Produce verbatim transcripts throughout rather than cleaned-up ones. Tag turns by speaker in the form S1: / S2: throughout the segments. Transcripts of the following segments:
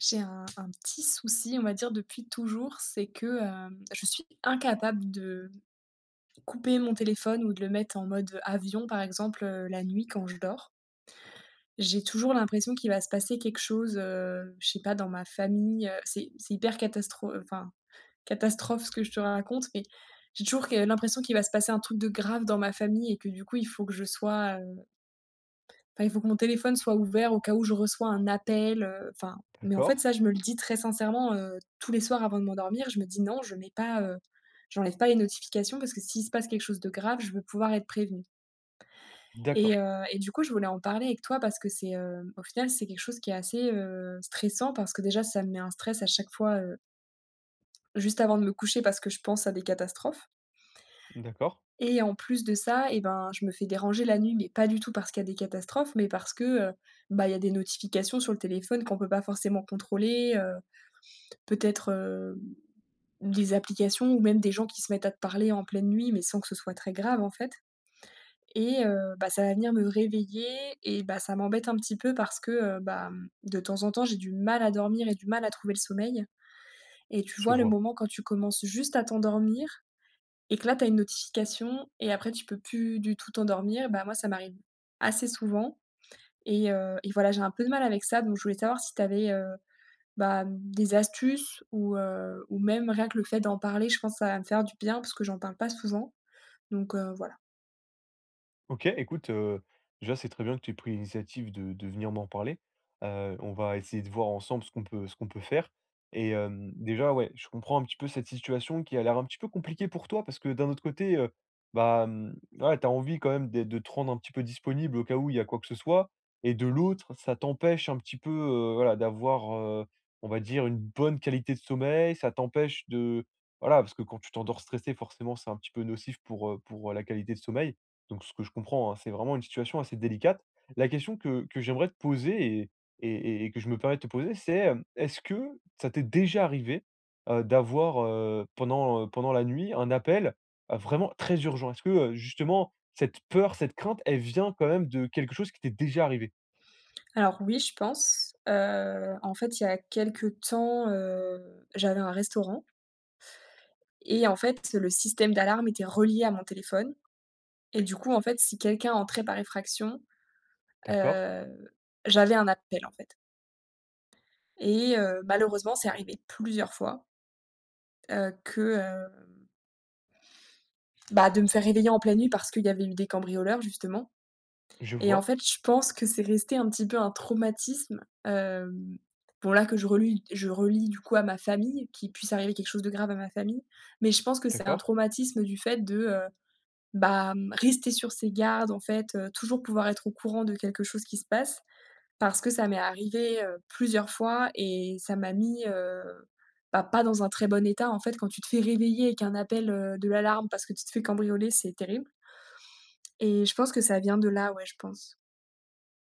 S1: J'ai un un petit souci, on va dire, depuis toujours, c'est que, hem, je suis incapable de couper mon téléphone ou de le mettre en mode avion, par exemple, heu, la nuit quand je dors. J'ai toujours l'impression qu'il va se passer quelque chose, heu, je sais pas, dans ma famille, heu, c'est c'est hyper catastro enfin, catastrophe ce que je te raconte, mais j'ai toujours que l'impression qu'il va se passer un truc de grave dans ma famille et que, du coup, il faut que je sois, enfin, il faut que mon téléphone soit ouvert au cas où je reçois un appel, heu, enfin mais en fait,
S2: D'accord,
S1: ça, je me le dis très sincèrement, heu, tous les soirs avant de m'endormir, je me dis: «Non, je mets pas, heu, j'enlève pas les notifications parce que s'il se passe quelque chose de grave, je veux pouvoir être prévenue.» et
S2: d'accord,
S1: heu et du coup, je voulais en parler avec toi parce que c'est, heu, au final, c'est quelque chose qui est assez, heu, stressant parce que déjà, ça me met un stress à chaque fois, heu, juste avant de me coucher parce que je pense à des catastrophes.
S2: d'accord,
S1: Et en plus de ça, et ben, je me fais déranger la nuit, mais pas du tout parce qu'il y a des catastrophes, mais parce que, heu, bah, il y a des notifications sur le téléphone qu'on peut pas forcément contrôler, heu, peut-être, heu, des applications ou même des gens qui se mettent à te parler en pleine nuit, mais sans que ce soit très grave, en fait. Et heu, bah, ça va venir me réveiller et bah, ça m'embête un petit peu parce que, heu, bah, mmh, de temps en temps, j'ai du mal à dormir et du mal à trouver le sommeil. Et tu
S2: je
S1: vois, le
S2: vois.
S1: moment quand tu commences juste à t'endormir et que là, tu as une notification et après tu peux plus du tout t'endormir, bah, moi, ça m'arrive assez souvent et heu et voilà, j'ai un peu de mal avec ça, donc je voulais savoir si tu avais, bah, des astuces ou heu, ou même rien que le fait d'en parler, je pense que ça va me faire du bien parce que j'en parle pas souvent, donc heu, voilà.
S2: OK, écoute, heu, déjà, c'est très bien que tu aies pris l'initiative de de venir m'en parler. Heu, on va essayer de voir ensemble ce qu'on peut ce qu'on peut faire et hem, déjà, ouais, je comprends un petit peu cette situation qui a l'air un petit peu compliquée pour toi parce que d'un autre côté, heu, bah, mmh, voilà, tu as envie quand même d'être de te rendre un petit peu disponible au cas où il y a quoi que ce soit et de l'autre, ça t'empêche un petit peu, heu, voilà, d'avoir, heu, on va dire, une bonne qualité de sommeil. Ça t'empêche de voilà, parce que quand tu t'endors stressé, forcément, c'est un petit peu nocif pour, heu, pour, la qualité de sommeil. Donc ce que je comprends, hein, c'est vraiment une situation assez délicate. La question que que j'aimerais te poser et et et que je me permets de te poser, c'est, hem, est-ce que ça t'est déjà arrivé, heu, d'avoir, heu, pendant, heu, pendant la nuit, un appel, heu, vraiment très urgent? Est-ce que, heu, justement, cette peur, cette crainte, elle vient quand même de quelque chose qui t'est déjà arrivé?
S1: Alors oui, je pense, heu, en fait, il y a quelque temps, heu, j'avais un restaurant et en fait, le système d'alarme était relié à mon téléphone. Et du coup, en fait, si quelqu'un entrait par effraction,
S2: D'accord,
S1: heu, j'avais un appel, en fait et heu, malheureusement, c'est arrivé plusieurs fois, heu, que, heu, bah, de me faire réveiller en pleine nuit parce qu'il y avait eu des cambrioleurs, justement.
S2: je
S1: Et en
S2: vois,
S1: fait, je pense que c'est resté un petit peu un traumatisme, hem, bon là, que je relie je relie du coup à ma famille, qu'il puisse arriver quelque chose de grave à ma famille, mais je pense que c'est un
S2: d'accord.
S1: traumatisme du fait de, heu, bah, mmh, rester sur ses gardes, en fait, heu, toujours pouvoir être au courant de quelque chose qui se passe. Parce que ça m'est arrivé, heu, plusieurs fois et ça m'a mis, heu, bah, pas dans un très bon état. En fait, quand tu te fais réveiller avec un appel, heu, de l'alarme parce que tu te fais cambrioler, c'est terrible et je pense que ça vient de là, ouais, je pense.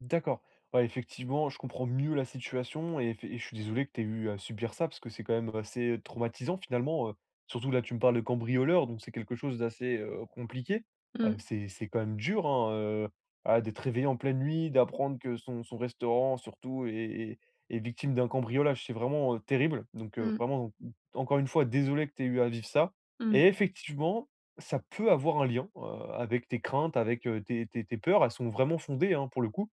S2: D'accord. Ouais, effectivement, je comprends mieux la situation et, eff- et je suis désolé que tu aies eu à subir ça parce que c'est quand même assez traumatisant finalement. Euh, surtout là, tu me parles de cambrioleur, donc c'est quelque chose d'assez euh, compliqué. Euh,
S1: Mmh,
S2: c'est, c'est quand même dur hein, euh, ah, d'être réveillé en pleine nuit, d'apprendre que son, son restaurant surtout est, est- est victime d'un cambriolage. C'est vraiment euh, terrible. Donc euh,
S1: mmh,
S2: vraiment, encore une fois, désolé que tu aies eu à vivre ça.
S1: mmh.
S2: Et effectivement, ça peut avoir un lien euh, avec tes craintes, avec euh, tes, tes- tes peurs. Elles sont vraiment fondées hein, pour le coup.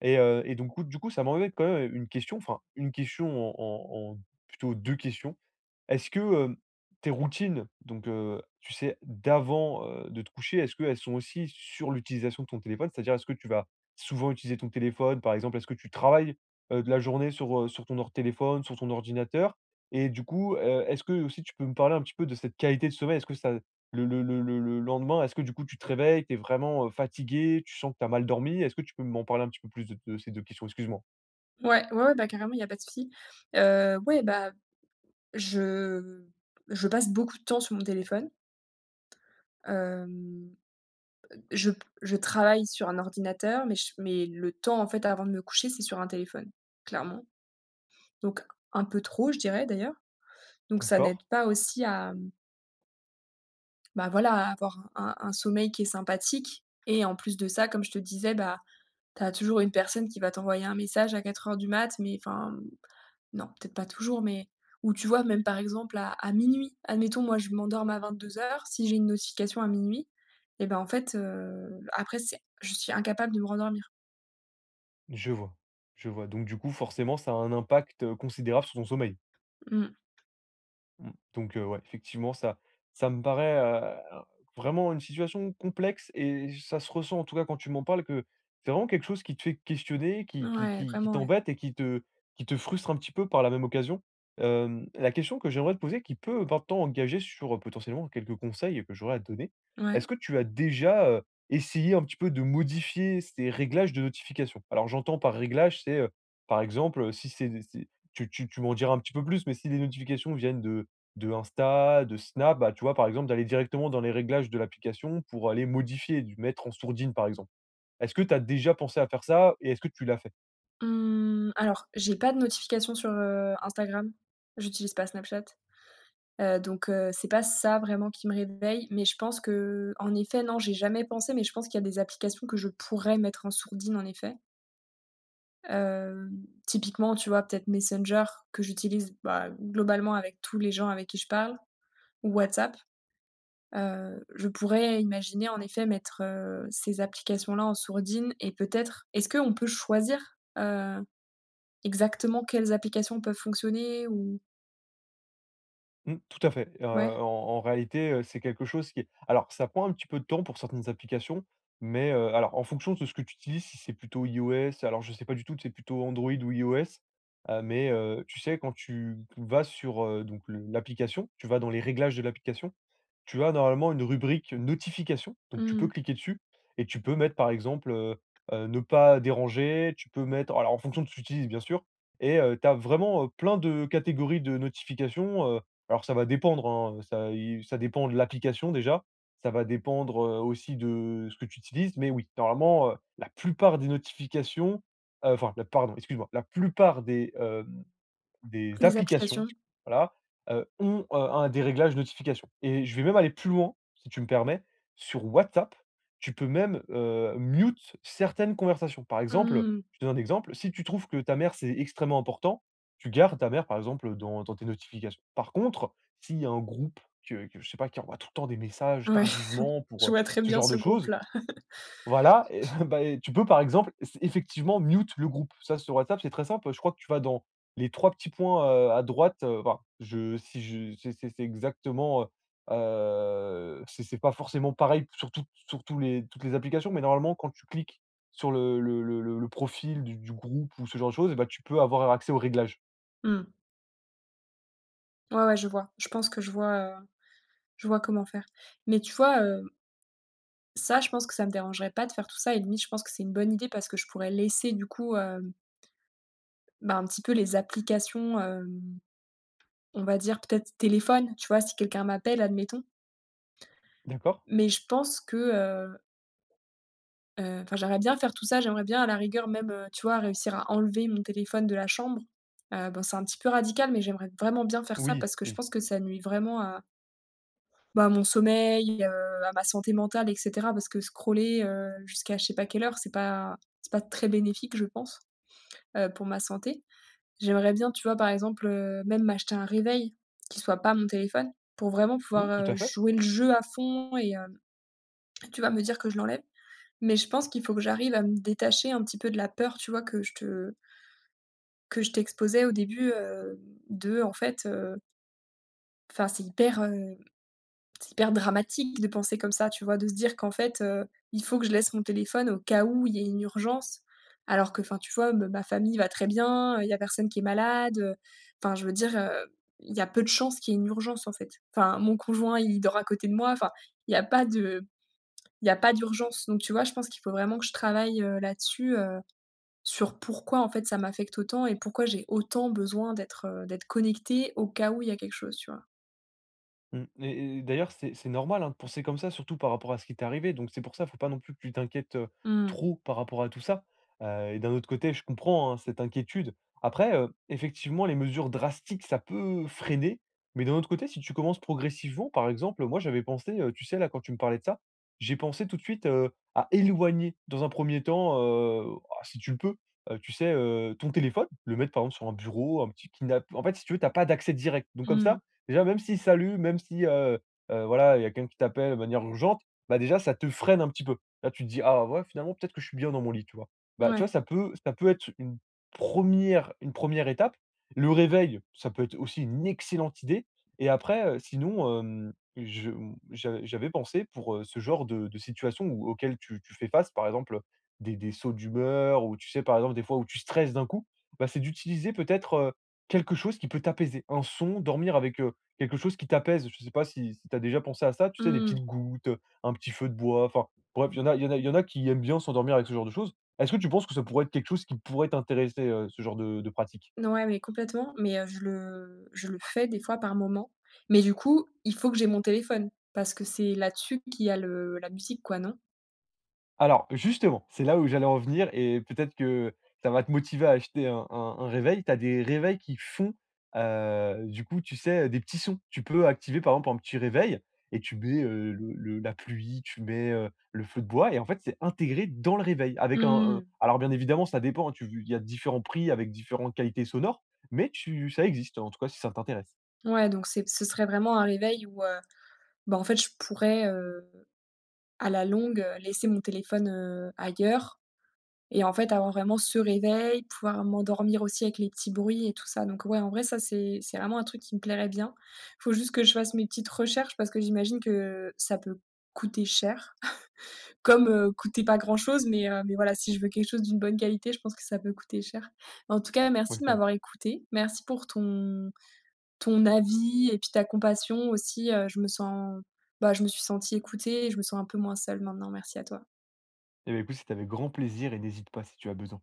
S2: Et heu et donc du coup, ça m'enlevait quand même une question, enfin une question en en en plutôt deux questions. Est-ce que, heu, tes routines, donc heu, tu sais, d'avant, heu, de te coucher, est-ce qu'elles sont aussi sur l'utilisation de ton téléphone? C'est-à-dire, est-ce que tu vas souvent utiliser ton téléphone? Par exemple, est-ce que tu travailles, heu, de la journée sur, heu, sur ton or téléphone, sur ton ordinateur? Et du coup, heu, est-ce que aussi tu peux me parler un petit peu de cette qualité de sommeil? Est-ce que ça le le le le le lendemain, est-ce que du coup tu te réveilles, tu es vraiment, heu, fatigué, tu sens que tu as mal dormi? Est-ce que tu peux m'en parler un petit peu plus de de ces deux questions? Excuse-moi.
S1: Ouais, ouais, ouais, bah, carrément, il y a pas de souci. Heu, ouais, bah, je je passe beaucoup de temps sur mon téléphone. Hem, je je travaille sur un ordinateur, mais ch mais le temps, en fait, avant de me coucher, c'est sur un téléphone, clairement. Donc un peu trop, je dirais, d'ailleurs. Donc ça n'aide
S2: D'accord.
S1: pas aussi à, mmh, bah, voilà, à avoir un un sommeil qui est sympathique et en plus de ça, comme je te disais, bah, tu as toujours une personne qui va t'envoyer un message à quatre heures du mat, mais enfin, mmh, non, peut-être pas toujours, mais ou tu vois, même par exemple à à minuit, admettons, moi, je m'endorme à vingt-deux heures si j'ai une notification à minuit et ben, en fait, heu, après c'est je suis incapable de me rendormir.
S2: Je vois, je vois. Donc du coup, forcément, ça a un impact, heu, considérable sur ton sommeil?
S1: Mmh.
S2: Mmh. Donc heu, ouais, effectivement, ça ça me paraît, heu, vraiment une situation complexe et ça se ressent, en tout cas, quand tu m'en parles, que c'est vraiment quelque chose qui te fait questionner, qui qui
S1: Ouais,
S2: qui qui
S1: vraiment, ouais.
S2: t'embête et qui te qui te frustre un petit peu par la même occasion. Hem, la question que j'aimerais te poser, qui peut maintenant engager sur, heu, potentiellement quelques conseils que j'aurais à te donner.
S1: Ouais.
S2: Est-ce que tu as déjà, heu, essayé un petit peu de modifier ces réglages de notification? Alors j'entends par réglage, c'est, heu, par exemple, si c'est c'est tu tu tu m'en diras un petit peu plus, mais si les notifications viennent de de Insta, de Snap, bah, tu vois, par exemple, d'aller directement dans les réglages de l'application pour aller modifier, du mettre en sourdine, par exemple. Est-ce que tu as déjà pensé à faire ça et est-ce que tu l'as fait?
S1: Mmh, alors, j'ai pas de notification sur, heu, Instagram. J'utilise pas Snapchat. Heu, donc heu, c'est pas ça vraiment qui me réveille, mais je pense que en effet, non, j'ai jamais pensé, mais je pense qu'il y a des applications que je pourrais mettre en sourdine en effet. Hem, typiquement, tu vois, peut-être Messenger que j'utilise, bah, globalement avec tous les gens avec qui je parle ou WhatsApp. Heu, je pourrais imaginer en effet mettre, heu, ces applications-là en sourdine et peut-être est-ce qu'on peut choisir, heu, exactement quelles applications peuvent fonctionner ou
S2: Mmh, tout à fait. Heu,
S1: ouais?
S2: en en réalité, heu, c'est quelque chose qui est alors ça prend un petit peu de temps pour certaines applications, mais heu, alors en fonction de ce que tu utilises, si c'est plutôt iOS, alors je sais pas du tout si c'est plutôt Android ou iOS, heu, mais heu, tu sais quand tu vas sur, heu, donc le l'application, tu vas dans les réglages de l'application, tu as normalement une rubrique notifications, donc tu peux
S1: Mmh.
S2: cliquer dessus et tu peux mettre par exemple, heu heu, ne pas déranger, tu peux mettre alors en fonction de ce que tu utilises bien sûr et heu, tu as vraiment, heu, plein de catégories de notifications, alors ça va dépendre, hein, ça i ça dépend de l'application déjà, ça va dépendre, heu, aussi de ce que tu utilises, mais oui, normalement, heu, la plupart des notifications, heu, enfin la pardon, excuse-moi, la plupart des, des
S1: Des
S2: applications,
S1: applications?
S2: voilà, heu, ont, heu, un des réglages notifications et je vais même aller plus loin, si tu me permets. Sur WhatsApp, tu peux même, heu, mute certaines conversations. Par exemple,
S1: Mmh.
S2: je te donne un exemple, si tu trouves que ta mère, c'est extrêmement important, tu gardes ta mère, par exemple, dans dans tes notifications. Par contre, s'il y a un groupe que que je sais pas, qui envoie tout le temps des messages
S1: Ouais.
S2: tardivement pour,
S1: Je
S2: heu,
S1: vois très
S2: ce
S1: bien
S2: genre
S1: ce
S2: de choses,
S1: groupe-là.
S2: voilà et bah, et tu peux par exemple s effectivement mute le groupe. Ça sur WhatsApp, c'est très simple, je crois que tu vas dans les trois petits points, heu, à droite, heu, enfin je si je c'est c'est c'est exactement, heu heu, c'est c'est pas forcément pareil sur toutes sur tous les toutes les applications, mais normalement quand tu cliques sur le le le le le profil du du groupe ou ce genre de choses et bah, tu peux avoir accès aux réglages.
S1: Mmh. Ouais, ouais, je vois. Je pense que je vois, heu, je vois comment faire. Mais tu vois, heu, ça, je pense que ça me dérangerait pas de faire tout ça et limite, je pense que c'est une bonne idée parce que je pourrais laisser du coup, hem, bah, un petit peu les applications, hem, on va dire peut-être téléphone, tu vois? Si quelqu'un m'appelle, admettons.
S2: D'accord?
S1: Mais je pense que, heu Heu, enfin, j'aimerais bien faire tout ça, j'aimerais bien à la rigueur même, heu, tu vois, réussir à enlever mon téléphone de la chambre. Heu, bon, c'est un petit peu radical, mais j'aimerais vraiment bien faire ça
S2: Oui,
S1: parce que je
S2: oui.
S1: pense que ça nuit vraiment à, bah, à mon sommeil, heu, à ma santé mentale et cetera parce que scroller, heu, jusqu'à je sais pas quelle heure, c'est pas c'est pas très bénéfique, je pense, heu, pour ma santé. J'aimerais bien, tu vois, par exemple, heu, même m'acheter un réveil qui soit pas mon téléphone pour vraiment
S2: Mmh,
S1: pouvoir,
S2: tout
S1: heu,
S2: à fait.
S1: jouer le jeu à fond et hem, tu vas me dire que je l'enlève. Mais je pense qu'il faut que j'arrive à me détacher un petit peu de la peur, tu vois, que je te que je t'exposais au début, heu, de en fait, heu, enfin c'est hyper, heu, c'est hyper dramatique de penser comme ça, tu vois? De se dire qu'en fait, heu, il faut que je laisse mon téléphone au cas où il y a une urgence. Alors que, enfin, tu vois, me ma famille va très bien, il y a personne qui est malade, heu, enfin je veux dire, heu, il y a peu de chances qu'il y ait une urgence en fait. Enfin, mon conjoint, il dort à côté de moi, enfin, il y a pas de il y a pas d'urgence. Donc tu vois, je pense qu'il faut vraiment que je travaille, heu, là-dessus, heu sur pourquoi en fait ça m'affecte autant et pourquoi j'ai autant besoin d'être, heu, d'être connectée au cas où il y a quelque chose, tu vois?
S2: Mmh et et d'ailleurs, c'est c'est normal, hein, de penser comme ça, surtout par rapport à ce qui t'est arrivé. Donc c'est pour ça, faut pas non plus que tu t'inquiètes, heu,
S1: Mmh,
S2: trop par rapport à tout ça. Heu et d'un autre côté, je comprends, hein, cette inquiétude. Après, heu, effectivement, les mesures drastiques, ça peut freiner, mais d'un autre côté, si tu commences progressivement, par exemple, moi, j'avais pensé, heu, tu sais, là, quand tu me parlais de ça, j'ai pensé tout de suite, heu, à éloigner dans un premier temps, heu, ah, si tu le peux, heu, tu sais, heu, ton téléphone, le mettre, par exemple, sur un bureau, un petit kidnap en fait, si tu veux, t'as pas d'accès direct. Donc comme
S1: mmh,
S2: ça, déjà, même s'il salue, même si, heu heu, voilà, il y a quelqu'un qui t'appelle de manière urgente, bah, déjà, ça te freine un petit peu. Là, tu te dis: «Ah ouais, finalement, peut-être que je suis bien dans mon lit», tu vois? Bah, tu
S1: ouais,
S2: vois, ça peut ça peut être une première une première étape. Le réveil, ça peut être aussi une excellente idée et après, heu, sinon, hem, je m j'avais pensé pour, heu, ce genre de de situation où auquel tu tu fais face, par exemple, des des sauts d'humeur ou tu sais, par exemple, des fois où tu stresses d'un coup, bah, c'est d'utiliser peut-être, heu, quelque chose qui peut t'apaiser. Un son, dormir avec, quelque chose qui t'apaise. Je sais pas si si tu as déjà pensé à ça, tu sais, des
S1: mm.
S2: petites gouttes, un petit feu de bois, enfin bref, il y en a il y en a il y en a qui aiment bien s'endormir avec ce genre de choses. Est-ce que tu penses que ça pourrait être quelque chose qui pourrait t'intéresser, heu, ce genre de de pratique?
S1: Non, ouais, mais complètement, mais heu, je le je le fais des fois par moment, mais du coup, il faut que j'ai mon téléphone parce que c'est là-dessus qu'il y a le la musique quoi, non?
S2: Alors justement, c'est là où j'allais en venir et peut-être que ça va te motiver à acheter un un un réveil. Tu as des réveils qui font, heu, du coup, tu sais, des petits sons. Tu peux activer par exemple un petit réveil et tu mets, heu, le le la pluie, tu mets, heu, le feu de bois et en fait, c'est intégré dans le réveil avec un un
S1: Mmh.
S2: alors bien évidemment, ça dépend, hein, tu il y a différents prix avec différentes qualités sonores, mais tu ça existe en tout cas si ça t'intéresse.
S1: Ouais, donc c'est ce serait vraiment un réveil où, heu, bah, en fait je pourrais, heu, à la longue, heu, laisser mon téléphone, heu, ailleurs. Et en fait, avoir vraiment ce réveil, pouvoir m'endormir aussi avec les petits bruits et tout ça. Donc ouais, en vrai, ça, c'est c'est vraiment un truc qui me plairait bien. Faut juste que je fasse mes petites recherches parce que j'imagine que ça peut coûter cher, comme, heu, coûter pas grand-chose, mais heu, mais voilà, si je veux quelque chose d'une bonne qualité, je pense que ça peut coûter cher. En tout cas,
S2: Ouais,
S1: merci de
S2: ça
S1: m'avoir écoutée. Merci pour ton ton avis et puis ta compassion aussi, heu, je me sens bah, je me suis sentie écoutée et je me sens un peu moins seule maintenant. Merci à toi.
S2: et bah, écoute, c'était avec grand plaisir et n'hésite pas si tu as besoin.